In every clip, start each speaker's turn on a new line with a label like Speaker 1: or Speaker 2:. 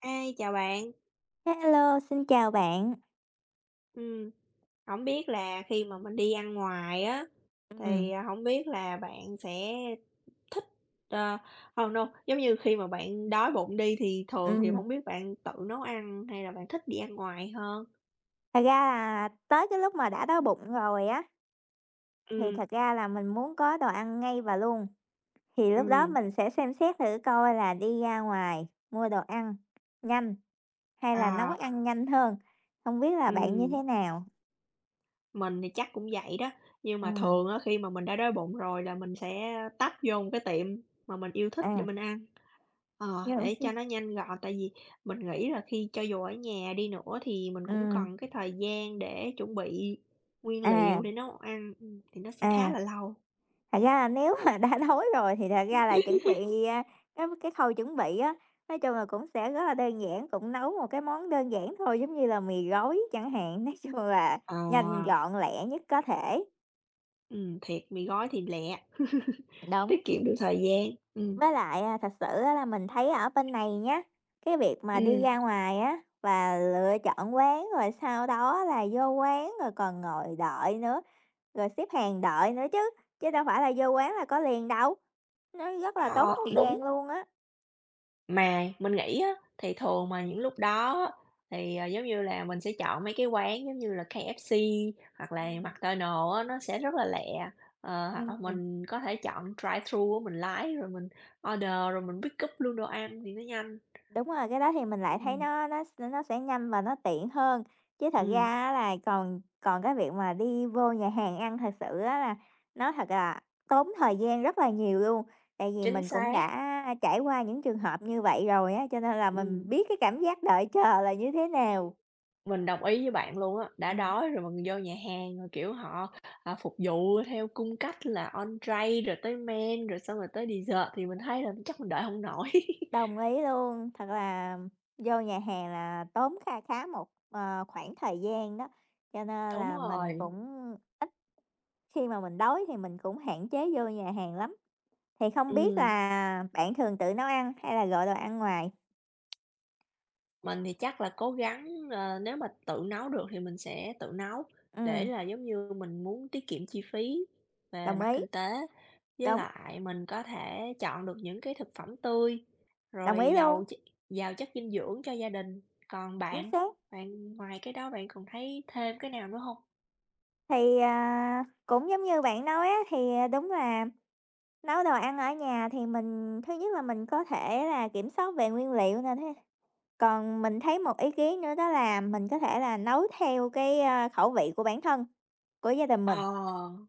Speaker 1: Ê, chào bạn.
Speaker 2: Hello, xin chào bạn.
Speaker 1: Ừm, hổng biết là khi mà mình đi ăn ngoài á,
Speaker 2: Ừm,
Speaker 1: thì, hổng biết là bạn sẽ thích, ờ I don't giống như khi mà bạn đói bụng đi thì thường thì
Speaker 2: ừm,
Speaker 1: không biết bạn tự nấu ăn hay là bạn thích đi ăn ngoài hơn?
Speaker 2: thật ra là tới cái lúc mà đã đói bụng rồi á, thì
Speaker 1: Ừm.
Speaker 2: thật ra là mình muốn có đồ ăn ngay và luôn, thì lúc đó
Speaker 1: Ừm.
Speaker 2: mình sẽ xem xét thử coi là đi ra ngoài mua đồ ăn nhanh hay là nấu
Speaker 1: À.
Speaker 2: ăn nhanh hơn. Không biết là bạn như
Speaker 1: Ừm.
Speaker 2: thế nào?
Speaker 1: Mình thì chắc cũng vậy đó, nhưng mà
Speaker 2: Ừm,
Speaker 1: thường á khi mà mình đã đói bụng rồi là mình sẽ tấp vô một cái tiệm mà mình yêu thích để
Speaker 2: à,
Speaker 1: mình ăn. Ờ,
Speaker 2: nhưng
Speaker 1: để cho nó nhanh gọn, tại vì mình nghĩ là khi cho dù ở nhà đi nữa thì mình cũng
Speaker 2: ừm,
Speaker 1: cần cái thời gian để chuẩn bị nguyên liệu
Speaker 2: à,
Speaker 1: để nấu ăn, thì nó sẽ khá
Speaker 2: à.
Speaker 1: là lâu.
Speaker 2: Thật ra là nếu mà đã đói rồi thì thật ra là chuẩn bị, cái khâu chuẩn bị á, nói chung là cũng sẽ rất là đơn giản, cũng nấu một cái món đơn giản thôi, giống như là mì gói chẳng hạn, nói chung là
Speaker 1: Ờ.
Speaker 2: nhanh gọn lẹ nhất có thể.
Speaker 1: Ừm, thiệt mì gói thì lẹ,
Speaker 2: Đúng,
Speaker 1: tiết kiệm được thời gian,
Speaker 2: với lại, thật sự á là mình thấy ở bên này nhá, cái việc mà đi
Speaker 1: Ừm,
Speaker 2: ra ngoài á và lựa chọn quán, rồi sau đó là vô quán rồi còn ngồi đợi nữa, rồi xếp hàng đợi nữa chứ, chứ đâu phải là vô quán là có liền đâu, nó rất là tốn
Speaker 1: ờ,
Speaker 2: thời
Speaker 1: đúng.
Speaker 2: gian luôn á.
Speaker 1: Mà mình nghĩ á, thì thường mà những lúc đó thì, giống như là, mình sẽ chọn mấy cái quán giống như là KFC hoặc là
Speaker 2: Ừm,
Speaker 1: McDonald's á, nó sẽ rất là lẹ. Ờ, hoặc là
Speaker 2: ừm,
Speaker 1: mình có thể chọn drive-thru mình lái rồi mình order rồi mình pick up luôn đồ ăn thì nó nhanh.
Speaker 2: đúng rồi, cái đó thì mình lại thấy
Speaker 1: Ừm.
Speaker 2: nó sẽ nhanh và nó tiện hơn. Chứ thật
Speaker 1: Ừm,
Speaker 2: ra á là còn còn cái việc mà đi vô nhà hàng ăn thật sự á là nó thật là tốn thời gian rất là nhiều luôn. Tại vì
Speaker 1: chính
Speaker 2: mình cũng
Speaker 1: xác,
Speaker 2: đã trải qua những trường hợp như vậy rồi á, cho nên là mình
Speaker 1: ừm,
Speaker 2: biết cái cảm giác đợi chờ là như thế nào.
Speaker 1: mình đồng ý với bạn luôn á. Đã
Speaker 2: Ừm,
Speaker 1: đói rồi mình vô nhà hàng rồi, kiểu, họ, phục vụ theo cung cách là entree rồi tới main rồi xong rồi tới dessert thì mình thấy là chắc mình đợi không nổi.
Speaker 2: đồng ý luôn, thật là vô nhà hàng là tốn kha khá một, khoảng thời gian đó, cho nên
Speaker 1: Đúng
Speaker 2: là mình
Speaker 1: rồi.
Speaker 2: cũng khi mà mình đói thì mình cũng hạn chế vô nhà hàng lắm, thì không biết
Speaker 1: Ừm,
Speaker 2: là bạn thường tự nấu ăn hay là gọi đồ ăn ngoài?
Speaker 1: mình thì chắc là cố gắng, ờ, nếu mà tự nấu được thì mình sẽ tự nấu để
Speaker 2: Ừm,
Speaker 1: là, giống như, mình muốn tiết kiệm chi phí về
Speaker 2: đồng
Speaker 1: mặt
Speaker 2: ý,
Speaker 1: kinh tế, với
Speaker 2: đúng,
Speaker 1: lại mình có thể chọn được những cái thực phẩm tươi,
Speaker 2: đồng ý
Speaker 1: rồi
Speaker 2: luôn,
Speaker 1: giàu chất dinh dưỡng cho gia đình. Còn
Speaker 2: chính
Speaker 1: bạn,
Speaker 2: xác.
Speaker 1: bạn ngoài cái đó bạn còn thấy thêm cái nào nữa không?
Speaker 2: Thì, cũng giống như bạn nói á, thì, đúng là nấu đồ ăn ở nhà thì mình thứ nhất là mình có thể là kiểm soát về nguyên liệu nè, thế còn mình thấy một ý kiến nữa đó là mình có thể là nấu theo cái, khẩu vị của bản thân, của gia đình mình.
Speaker 1: Ờ,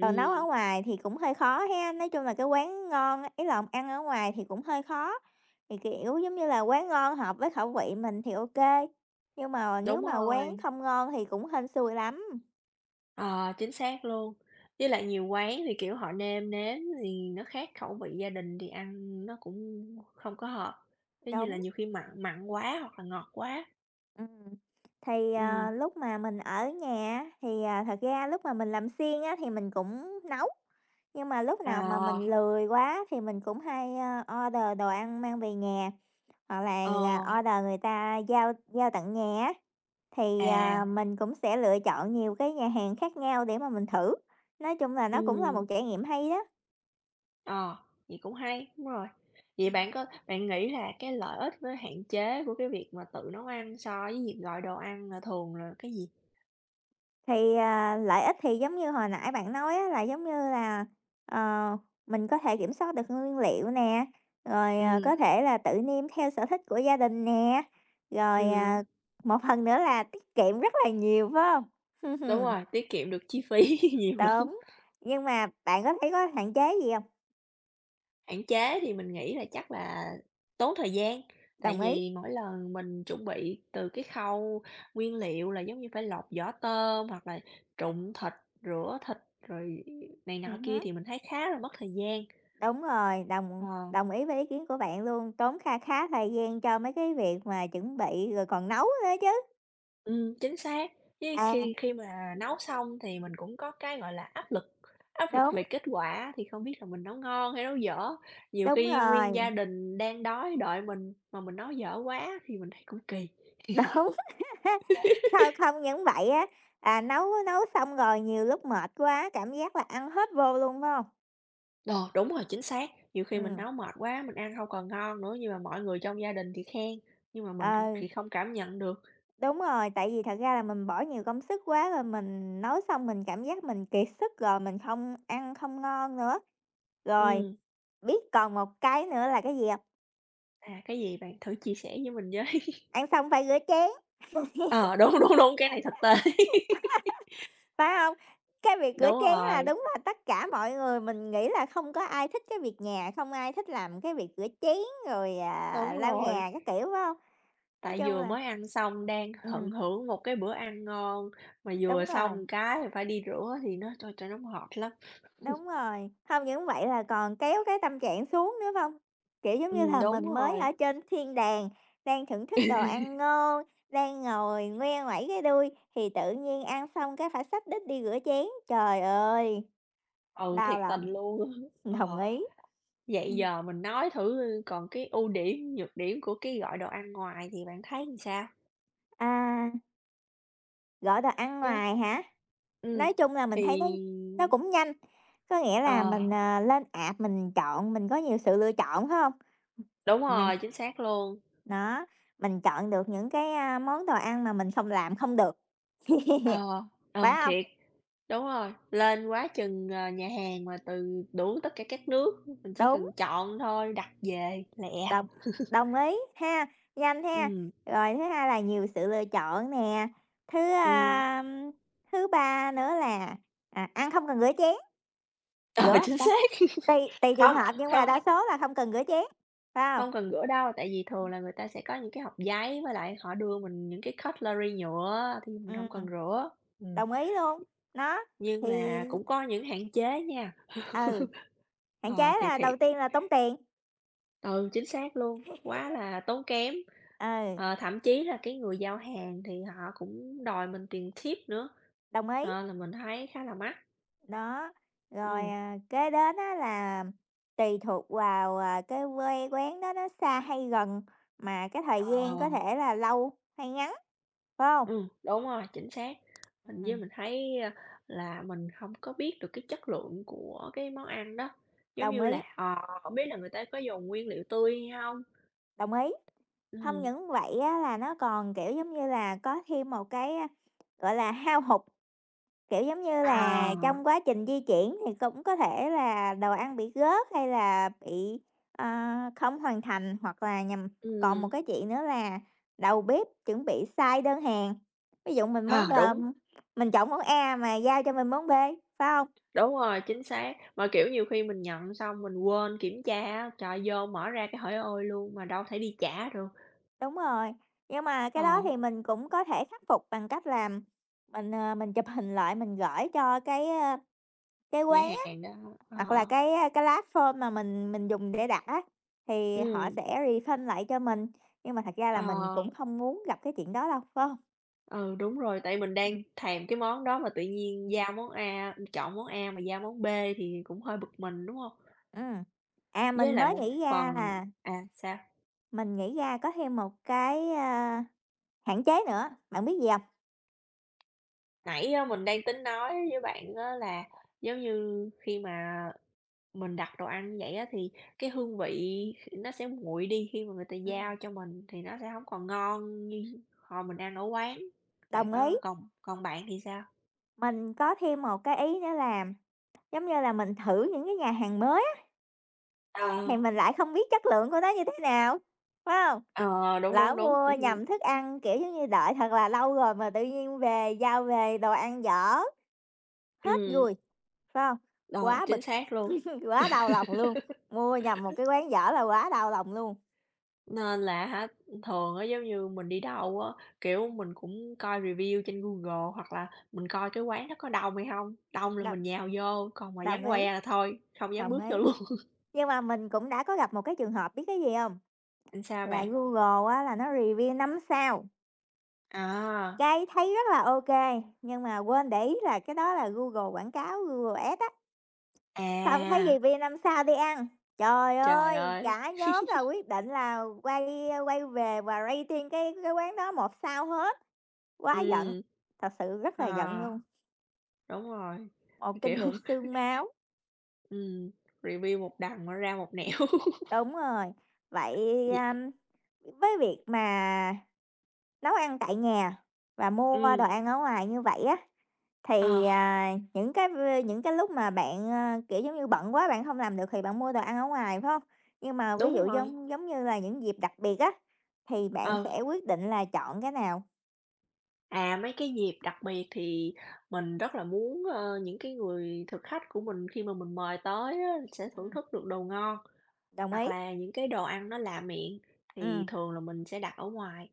Speaker 2: Còn nấu ở ngoài thì cũng hơi khó ha, nói chung là cái quán ngon á, ý là ăn ở ngoài thì cũng hơi khó, thì, kiểu, giống như là, quán ngon hợp với khẩu vị mình thì ok nhưng mà nếu
Speaker 1: đúng
Speaker 2: mà quán
Speaker 1: rồi.
Speaker 2: không ngon thì cũng hên xui lắm.
Speaker 1: Ờ, chính xác luôn. Với lại nhiều quán thì, kiểu, họ nêm nếm thì nó khác khẩu vị gia đình thì ăn nó cũng không có hợp. Giống như là
Speaker 2: Đúng,
Speaker 1: nhiều khi mặn mặn quá hoặc là ngọt quá.
Speaker 2: ừm. Thì,
Speaker 1: Ừm.
Speaker 2: lúc mà mình ở nhà á, thì, thật ra lúc mà mình làm siêng á thì mình cũng nấu, nhưng mà lúc
Speaker 1: Ờ.
Speaker 2: nào mà mình lười quá thì mình cũng hay, order đồ ăn mang về nhà, hoặc là,
Speaker 1: Ờ.
Speaker 2: order người ta giao giao tận nhà á. Thì,
Speaker 1: À.
Speaker 2: mình cũng sẽ lựa chọn nhiều cái nhà hàng khác nhau để mà mình thử, nói chung là nó cũng là
Speaker 1: Ừ.
Speaker 2: một trải nghiệm hay đó.
Speaker 1: Ờ, vậy cũng hay, đúng rồi. Vậy bạn
Speaker 2: Ừm.
Speaker 1: có bạn nghĩ là cái lợi ích với hạn chế của cái việc mà tự nấu ăn so với việc gọi đồ ăn là thường là cái gì?
Speaker 2: Thì, lợi ích thì giống như hồi nãy bạn nói á, là giống như là, ờ, mình có thể kiểm soát được nguyên liệu nè, rồi,
Speaker 1: Ừ,
Speaker 2: có thể là tự nêm theo sở thích của gia đình nè, rồi,
Speaker 1: ừm,
Speaker 2: một phần nữa là tiết kiệm rất là nhiều, phải không?
Speaker 1: đúng rồi, tiết kiệm được chi phí nhiều lắm.
Speaker 2: Đúng, nhưng mà bạn có thấy có hạn chế gì không?
Speaker 1: Hạn chế thì mình nghĩ là chắc là tốn thời gian, tại
Speaker 2: Đồng ý.
Speaker 1: vì mỗi lần mình chuẩn bị từ cái khâu nguyên liệu là giống như phải lọc vỏ tôm hoặc là trụng thịt, rửa thịt rồi này nọ kia
Speaker 2: Ừm.
Speaker 1: thì mình thấy khá là mất thời gian.
Speaker 2: Đúng rồi, đồng
Speaker 1: Ờ,
Speaker 2: đồng ý với ý kiến của bạn luôn, tốn kha khá thời gian cho mấy cái việc mà chuẩn bị rồi còn nấu nữa chứ.
Speaker 1: chính xác. Với
Speaker 2: À,
Speaker 1: khi khi mà nấu xong thì mình cũng có cái, gọi là, áp lực
Speaker 2: đúng,
Speaker 1: về kết quả thì không biết là mình nấu ngon hay nấu dở. Nhiều
Speaker 2: đúng
Speaker 1: khi nguyên
Speaker 2: rồi,
Speaker 1: gia đình đang đói đợi mình mà mình nấu dở quá thì mình thấy cũng kỳ.
Speaker 2: đúng. Sao không những vậy á, nấu nấu xong rồi nhiều lúc mệt quá, cảm giác là ăn hết vô luôn, phải hông?
Speaker 1: Ờ, đúng rồi, chính xác. Nhiều khi mình
Speaker 2: Ừm,
Speaker 1: nấu mệt quá, mình ăn không còn ngon nữa, nhưng mà mọi người trong gia đình thì khen, nhưng mà mình
Speaker 2: ờ,
Speaker 1: thì không cảm nhận được.
Speaker 2: đúng rồi, tại vì thật ra là mình bỏ nhiều công sức quá rồi mình nấu xong mình cảm giác mình kiệt sức rồi mình không ăn không ngon nữa. Rồi,
Speaker 1: Ừ.
Speaker 2: biết còn một cái nữa là cái gì hông?
Speaker 1: À, cái gì bạn thử chia sẻ với mình với.
Speaker 2: Ăn xong phải rửa chén.
Speaker 1: Ờ, đúng, đúng, đúng, cái này thực tế.
Speaker 2: Phải không? Cái việc rửa
Speaker 1: Đúng
Speaker 2: chén là
Speaker 1: rồi,
Speaker 2: đúng là tất cả mọi người mình nghĩ là không có ai thích cái việc nhà, không ai thích làm cái việc rửa chén rồi,
Speaker 1: đúng
Speaker 2: lau
Speaker 1: rồi,
Speaker 2: nhà các kiểu, phải không? Nói
Speaker 1: tại
Speaker 2: chung
Speaker 1: vừa
Speaker 2: là
Speaker 1: mới ăn xong đang tận
Speaker 2: ừm,
Speaker 1: hưởng một cái bữa ăn ngon, mà vừa
Speaker 2: đúng rồi,
Speaker 1: xong cái phải đi rửa thì nó, trời, trời, nó mệt lắm.
Speaker 2: đúng rồi. Không những vậy là còn kéo cái tâm trạng xuống nữa phải hông? Kiểu, giống như là
Speaker 1: Đúng
Speaker 2: mình mới
Speaker 1: rồi,
Speaker 2: ở trên thiên đàng, đang thưởng thức đồ ăn ngon, đang ngồi ngoe nguẩy cái đuôi thì tự nhiên ăn xong cái phải xách đít đi rửa chén, trời ơi,
Speaker 1: ừ,
Speaker 2: đau
Speaker 1: thiệt tình
Speaker 2: lòng.
Speaker 1: luôn.
Speaker 2: Đồng
Speaker 1: Ờ.
Speaker 2: ý.
Speaker 1: Vậy
Speaker 2: Ừm,
Speaker 1: giờ mình nói thử, còn cái ưu điểm, nhược điểm của cái gọi đồ ăn ngoài thì bạn thấy làm sao?
Speaker 2: à Gọi đồ ăn
Speaker 1: Yeah.
Speaker 2: ngoài hả?
Speaker 1: Ừm,
Speaker 2: Nói chung là mình
Speaker 1: thì
Speaker 2: thấy nó cũng nhanh, có nghĩa là
Speaker 1: ờ,
Speaker 2: mình, lên app mình chọn, mình có nhiều sự lựa chọn, phải hông?
Speaker 1: đúng
Speaker 2: Mình
Speaker 1: rồi, chính xác luôn.
Speaker 2: đó, mình chọn được những cái, món đồ ăn mà mình không làm không được,
Speaker 1: Ờ,
Speaker 2: phải
Speaker 1: ờ,
Speaker 2: hông?
Speaker 1: thiệt, đúng rồi, lên quá chừng, ờ, nhà hàng mà từ đủ tất cả các nước, mình chỉ
Speaker 2: Đúng,
Speaker 1: cần chọn thôi, đặt về lẹ.
Speaker 2: đồng đồng ý ha, nhanh ha.
Speaker 1: Ừ,
Speaker 2: Rồi thứ hai là nhiều sự lựa chọn nè, thứ,
Speaker 1: ừm,
Speaker 2: thứ ba nữa là, ăn không cần rửa chén, rửa
Speaker 1: ờ,
Speaker 2: hông
Speaker 1: chính
Speaker 2: ta?
Speaker 1: xác.
Speaker 2: Tùy tùy trường
Speaker 1: Không,
Speaker 2: hợp nhưng mà
Speaker 1: không,
Speaker 2: đa số là không cần rửa chén, phải hông?
Speaker 1: không cần rửa đâu, tại vì thường là người ta sẽ có những cái hộp giấy với lại họ đưa mình những cái cutlery nhựa thì mình không cần
Speaker 2: Ừm.
Speaker 1: rửa. Ừm.
Speaker 2: Đồng ý luôn, nó,
Speaker 1: Nhưng
Speaker 2: thì
Speaker 1: mà cũng có những hạn chế nha,
Speaker 2: ừ, hạn chế
Speaker 1: ờ, thì
Speaker 2: là
Speaker 1: thiệt
Speaker 2: đầu tiên là tốn tiền,
Speaker 1: ừ, chính xác luôn, quá là tốn kém.
Speaker 2: ừ,
Speaker 1: Ờ, thậm chí là cái người giao hàng thì họ cũng đòi mình tiền tip nữa,
Speaker 2: đồng ý,
Speaker 1: ờ, là mình thấy khá là mắc.
Speaker 2: đó. Rồi,
Speaker 1: Ừm,
Speaker 2: kế đến á là tùy thuộc vào, cái quê quán đó nó xa hay gần, mà cái thời
Speaker 1: ờ,
Speaker 2: gian có thể là lâu hay ngắn, phải không?
Speaker 1: đúng rồi, chính xác. Hình
Speaker 2: Ừm,
Speaker 1: như mình thấy, là mình không có biết được cái chất lượng của cái món ăn đó, giống
Speaker 2: đồng
Speaker 1: như
Speaker 2: ý,
Speaker 1: là, ờ, hổng biết là người ta có dùng nguyên liệu tươi hay không.
Speaker 2: đồng ý. Không
Speaker 1: Ừm,
Speaker 2: những vậy á là nó còn, kiểu, giống như là, có thêm một cái, gọi là, hao hụt. Kiểu, giống như là,
Speaker 1: à,
Speaker 2: trong quá trình di chuyển thì cũng có thể là đồ ăn bị gớt hay là bị, ờ, không hoàn thành hoặc là nhầm còn một
Speaker 1: ừm,
Speaker 2: cái chuyện nữa là đầu bếp chuẩn bị sai đơn hàng. Ví dụ mình món
Speaker 1: ờ, đúng.
Speaker 2: đờm mình chọn món A mà giao cho mình món B, phải không?
Speaker 1: Đúng rồi, chính xác. Mà, kiểu, nhiều khi mình nhận xong mình quên kiểm tra á, trời ơi, vô mở ra cái hởi ôi luôn mà đâu thể đi trả được.
Speaker 2: Đúng rồi, nhưng mà cái đó
Speaker 1: Ờ,
Speaker 2: thì mình cũng có thể khắc phục bằng cách là mình, mình chụp hình lại mình gửi cho cái, cái
Speaker 1: nhà
Speaker 2: quán,
Speaker 1: hàng đó,
Speaker 2: hoặc là
Speaker 1: ờ,
Speaker 2: cái lá phơm mà mình dùng để đặt á, thì họ
Speaker 1: ừm,
Speaker 2: sẽ refund lại cho mình, nhưng mà thật ra là
Speaker 1: ờ,
Speaker 2: mình cũng không muốn gặp cái chuyện đó đâu, phải hông?
Speaker 1: ừ, đúng rồi, tại mình đang
Speaker 2: Ừm.
Speaker 1: thèm cái món đó mà tự nhiên giao món A chọn món A mà giao món B thì cũng hơi bực mình, đúng không?
Speaker 2: Ừm. À, mình
Speaker 1: Với lại
Speaker 2: mới
Speaker 1: một
Speaker 2: nghĩ ra
Speaker 1: phần
Speaker 2: là
Speaker 1: à, sao?
Speaker 2: mình nghĩ ra có thêm một cái, hạn chế nữa, bạn biết gì không?
Speaker 1: Nãy á, mình đang tính nói với bạn á là giống như khi mà mình đặt đồ ăn như vậy á, thì cái hương vị nó sẽ nguội đi khi mà người ta
Speaker 2: Ừm.
Speaker 1: giao cho mình thì nó sẽ không còn ngon như hồi mình ăn ở quán. Bạn
Speaker 2: Đồng ý,
Speaker 1: có còn còn bạn thì sao?
Speaker 2: mình có thêm một cái ý nữa là, giống như là, mình thử những cái nhà hàng mới á,
Speaker 1: Ờ.
Speaker 2: thì mình lại không biết chất lượng của nó như thế nào, phải không?
Speaker 1: Ờ, đúng,
Speaker 2: Lỡ
Speaker 1: đúng, đúng.
Speaker 2: mua nhầm thức ăn, kiểu, giống như đợi thật là lâu rồi mà tự nhiên về giao về đồ ăn dở, hết
Speaker 1: Ừ
Speaker 2: vui, phải không?
Speaker 1: rồi,
Speaker 2: Quá bực,
Speaker 1: chính xác luôn.
Speaker 2: quá đau lòng luôn, mua nhầm một cái quán dở là quá đau lòng luôn.
Speaker 1: Nên là hả, thường á, giống như mình đi đâu á, kiểu, mình cũng coi review trên Google hoặc là mình coi cái quán nó có đông hay không. Đông là
Speaker 2: Đồng
Speaker 1: mình nhào vô, còn mà vắng
Speaker 2: đồng ý,
Speaker 1: que là thôi, không dám
Speaker 2: đồng
Speaker 1: bước vô
Speaker 2: ý.
Speaker 1: luôn.
Speaker 2: Nhưng mà mình cũng đã có gặp một cái trường hợp biết cái gì không?
Speaker 1: Sao
Speaker 2: Là
Speaker 1: bạn?
Speaker 2: Google á là nó review 5 sao,
Speaker 1: À.
Speaker 2: cái thấy rất là ok nhưng mà quên để ý là cái đó là Google quảng cáo, Google Ads á. Xong thấy gì
Speaker 1: À.
Speaker 2: review 5 sao đi ăn. Trời
Speaker 1: Trời
Speaker 2: ơi,
Speaker 1: ơi!
Speaker 2: cả nhóm là quyết định là quay quay về và rating cái quán đó 1 sao hết,
Speaker 1: Ừ,
Speaker 2: quá giận, thật sự rất là giận
Speaker 1: à,
Speaker 2: luôn,
Speaker 1: đúng rồi,
Speaker 2: một kinh
Speaker 1: kiểu,
Speaker 2: nghiệm xương máu.
Speaker 1: ừm, review một đằng mà ra một nẻo.
Speaker 2: Đúng rồi, vậy,
Speaker 1: Vậy
Speaker 2: với việc mà nấu ăn tại nhà và mua đồ
Speaker 1: ừm,
Speaker 2: ăn ở ngoài như vậy á, thì,
Speaker 1: ờ,
Speaker 2: những cái lúc mà bạn, kiểu, giống như, bận quá bạn không làm được thì bạn mua đồ ăn ở ngoài, phải không? Nhưng mà ví
Speaker 1: đúng
Speaker 2: dụ
Speaker 1: rồi,
Speaker 2: giống giống như là những dịp đặc biệt á, thì bạn
Speaker 1: ừ.
Speaker 2: sẽ quyết định là chọn cái nào.
Speaker 1: À, mấy cái dịp đặc biệt thì mình rất là muốn, ơ, những cái người thực khách của mình khi mà mình mời tới á sẽ thưởng
Speaker 2: Ừm,
Speaker 1: thức được đồ ngon,
Speaker 2: đồng
Speaker 1: hoặc
Speaker 2: ý,
Speaker 1: là những cái đồ ăn nó lạ miệng thì
Speaker 2: ừm,
Speaker 1: thường là mình sẽ đặt ở ngoài,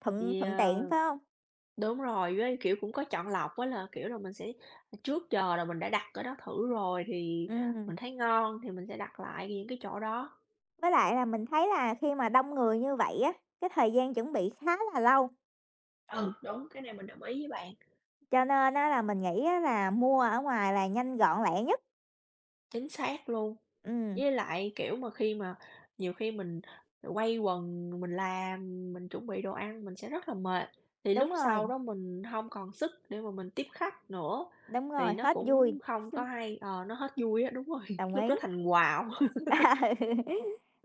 Speaker 2: thuận
Speaker 1: thì,
Speaker 2: thuận tiện,
Speaker 1: ờ.
Speaker 2: phải không?
Speaker 1: Đúng rồi, với, kiểu, cũng có chọn lọc á là, kiểu là, mình sẽ à, trước giờ là mình đã đặt ở đó thử rồi thì
Speaker 2: Ừm,
Speaker 1: mình thấy ngon thì mình sẽ đặt lại những cái chỗ đó.
Speaker 2: với lại là mình thấy là khi mà đông người như vậy á, cái thời gian chuẩn bị khá là lâu,
Speaker 1: Ừ, đúng, cái này mình đồng ý với bạn,
Speaker 2: cho nên á là mình nghĩ á là mua ở ngoài là nhanh gọn lẹ nhất.
Speaker 1: chính xác luôn.
Speaker 2: Ừm,
Speaker 1: Với lại, kiểu, mà khi mà nhiều khi mình quay quần, mình làm, mình chuẩn bị đồ ăn mình sẽ rất là mệt, thì
Speaker 2: đúng
Speaker 1: lúc
Speaker 2: rồi,
Speaker 1: sau đó mình không còn sức để mà mình tiếp khách nữa,
Speaker 2: đúng
Speaker 1: thì
Speaker 2: rồi,
Speaker 1: nó
Speaker 2: hết vui,
Speaker 1: cũng không có hay, ờ, nó hết vui á, đúng rồi,
Speaker 2: đồng
Speaker 1: lúc
Speaker 2: ý.
Speaker 1: đó thành quạu.
Speaker 2: Ừ.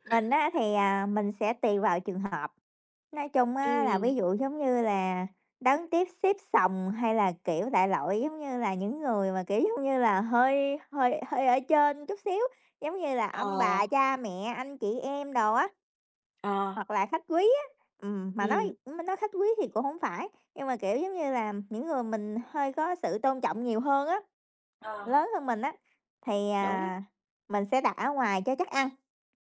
Speaker 2: Mình á thì, mình sẽ tùy vào trường hợp. Nói chung á là
Speaker 1: Ừ.
Speaker 2: ví dụ, giống như là, đón tiếp xếp sòng hay là, kiểu, đại loại, giống như là, những người mà, kiểu, giống như là, hơi hơi hơi ở trên chút xíu, giống như là ông
Speaker 1: Ờ.
Speaker 2: bà, cha mẹ, anh chị em đồ á,
Speaker 1: Ờ.
Speaker 2: hoặc là khách quý á. Mà nói
Speaker 1: Ừm.
Speaker 2: mình nói khách quý thì cũng không phải, nhưng mà, kiểu, giống như là, những người mình hơi có sự tôn trọng nhiều hơn á,
Speaker 1: Ờ.
Speaker 2: lớn hơn mình á, thì,
Speaker 1: Đúng,
Speaker 2: mình sẽ đặt ở ngoài cho chắc ăn.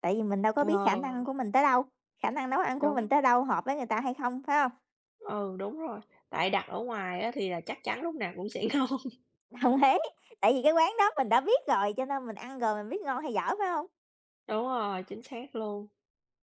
Speaker 2: Tại vì mình đâu có biết khả năng
Speaker 1: ờ,
Speaker 2: của mình tới đâu, khả năng nấu ăn của mình
Speaker 1: đúng,
Speaker 2: tới đâu, hợp với người ta hay không, phải không?
Speaker 1: ừ, đúng rồi, tại đặt ở ngoài á thì là chắc chắn lúc nào cũng sẽ ngon.
Speaker 2: Đồng ý, tại vì cái quán đó mình đã biết rồi, cho nên mình ăn rồi mình biết ngon hay dở, phải không?
Speaker 1: Đúng rồi, chính xác luôn.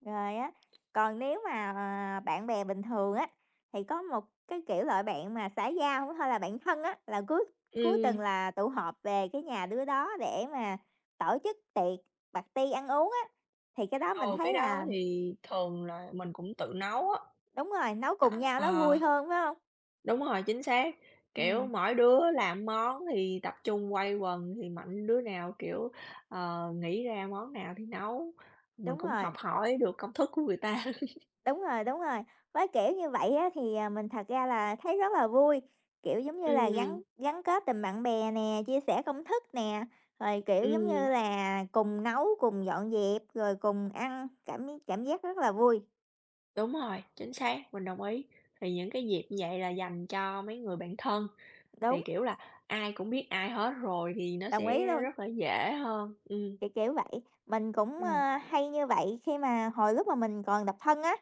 Speaker 2: Rồi á, còn nếu mà, bạn bè bình thường á, thì có một cái, kiểu, loại bạn mà xã giao hay là bạn thân á, là cuối cuối tuần
Speaker 1: Ừm,
Speaker 2: là tụ họp về cái nhà đứa đó để mà tổ chức tiệc party ăn uống á, thì cái đó mình
Speaker 1: ờ,
Speaker 2: thấy
Speaker 1: cái đó
Speaker 2: là
Speaker 1: thì thường là mình cũng tự nấu á,
Speaker 2: đúng rồi, nấu
Speaker 1: tại
Speaker 2: cùng nhau nó
Speaker 1: ờ,
Speaker 2: vui hơn, phải không?
Speaker 1: đúng rồi, chính xác, kiểu,
Speaker 2: Ừ,
Speaker 1: mỗi đứa làm món thì tập trung quây quần thì mạnh đứa nào, kiểu, ờ, nghĩ ra món nào thì nấu, mình
Speaker 2: đúng
Speaker 1: cũng học
Speaker 2: rồi.
Speaker 1: hỏi được công thức của người ta.
Speaker 2: Đúng rồi, đúng rồi. Với kiểu như vậy á, thì, mình thật ra là thấy rất là vui, kiểu, giống như là, gắn
Speaker 1: Ừm.
Speaker 2: gắn kết tình bạn bè nè, chia sẻ công thức nè, rồi, kiểu, giống
Speaker 1: Ừm.
Speaker 2: như là, cùng nấu, cùng dọn dẹp, rồi cùng ăn, cảm cảm giác rất là vui.
Speaker 1: Đúng rồi, chính xác, mình đồng ý. Thì những cái dịp như vậy là dành cho mấy người bạn thân, thì,
Speaker 2: Đúng,
Speaker 1: kiểu là, ai cũng biết ai hết rồi thì nó
Speaker 2: đồng
Speaker 1: sẽ
Speaker 2: ý luôn.
Speaker 1: rất là dễ hơn. Ừ.
Speaker 2: Kiểu, kiểu vậy. Mình cũng,
Speaker 1: Ừ.
Speaker 2: hay như vậy khi mà hồi lúc mà mình còn độc thân á,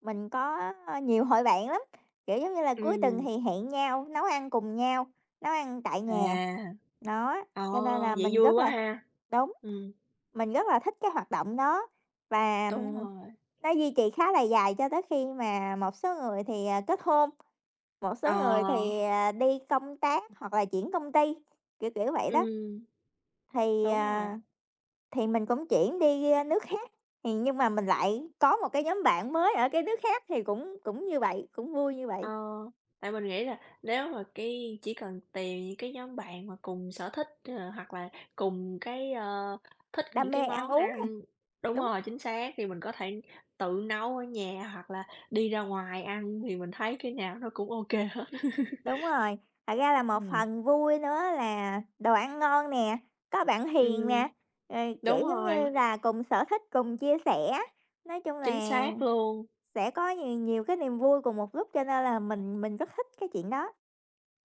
Speaker 2: mình có, nhiều hội bạn lắm, kiểu, giống như là, cuối tuần
Speaker 1: Ừm,
Speaker 2: thì hẹn nhau nấu ăn cùng nhau, nấu ăn tại nhà.
Speaker 1: à,
Speaker 2: Đó,
Speaker 1: ờ,
Speaker 2: cho nên là
Speaker 1: vậy
Speaker 2: mình
Speaker 1: vui
Speaker 2: rất
Speaker 1: quá
Speaker 2: là
Speaker 1: ha.
Speaker 2: đúng,
Speaker 1: Ừm,
Speaker 2: mình rất là thích cái hoạt động đó và,
Speaker 1: đúng rồi,
Speaker 2: nó duy trì khá là dài cho tới khi mà một số người thì, kết hôn, một
Speaker 1: ờ,
Speaker 2: số người thì, đi công tác hoặc là chuyển công ty, kiểu, kiểu vậy đó.
Speaker 1: ừm,
Speaker 2: Thì,
Speaker 1: đúng rồi.
Speaker 2: à thì mình cũng chuyển đi, nước khác, thì nhưng mà mình lại có một cái nhóm bạn mới ở cái nước khác thì cũng cũng như vậy, cũng vui như vậy,
Speaker 1: Ờ, tại mình nghĩ là nếu mà cái chỉ cần tìm những cái nhóm bạn mà cùng sở thích, ờ, hoặc là cùng cái, ờ, thích những
Speaker 2: đam
Speaker 1: cái
Speaker 2: mê ăn
Speaker 1: món
Speaker 2: uống à,
Speaker 1: ăn đúng
Speaker 2: đúng,
Speaker 1: rồi, chính xác, thì mình có thể tự nấu ở nhà hoặc là đi ra ngoài ăn thì mình thấy cái nào nó cũng ok kê hết.
Speaker 2: đúng rồi. Thật ra là một
Speaker 1: Ừm.
Speaker 2: phần vui nữa là đồ ăn ngon nè, có bạn hiền nè,
Speaker 1: Ừm,
Speaker 2: rồi, kiểu,
Speaker 1: đúng
Speaker 2: giống như
Speaker 1: rồi,
Speaker 2: là, cùng sở thích, cùng chia sẻ. Nói chung
Speaker 1: chính
Speaker 2: là
Speaker 1: xác luôn.
Speaker 2: sẽ có nhiều nhiều cái niềm vui cùng một lúc cho nên là mình rất thích cái chuyện đó.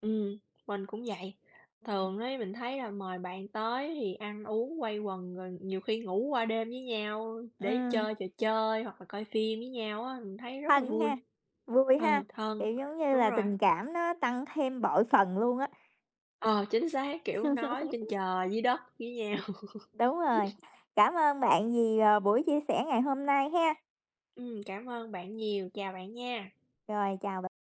Speaker 1: Ừm, mình cũng vậy.
Speaker 2: Ừ,
Speaker 1: Thường ấy mình thấy là mời bạn tới thì ăn uống quây quần rồi nhiều khi ngủ qua đêm với nhau để
Speaker 2: ừm.
Speaker 1: chơi trò chơi hoặc là coi phim với nhau á, mình thấy rất là
Speaker 2: Thân
Speaker 1: vui.
Speaker 2: ha, vui ha,
Speaker 1: Ừ, thân,
Speaker 2: kiểu, giống như
Speaker 1: đúng
Speaker 2: là,
Speaker 1: rồi.
Speaker 2: tình cảm nó tăng thêm bội phần luôn á.
Speaker 1: Ờ, chính xác, kiểu, nói trên trời dưới đất với nhau.
Speaker 2: Đúng rồi. Cảm ơn bạn vì, buổi chia sẻ ngày hôm nay ha.
Speaker 1: Cảm ơn bạn nhiều, chào bạn nha.
Speaker 2: Rồi, chào bạn.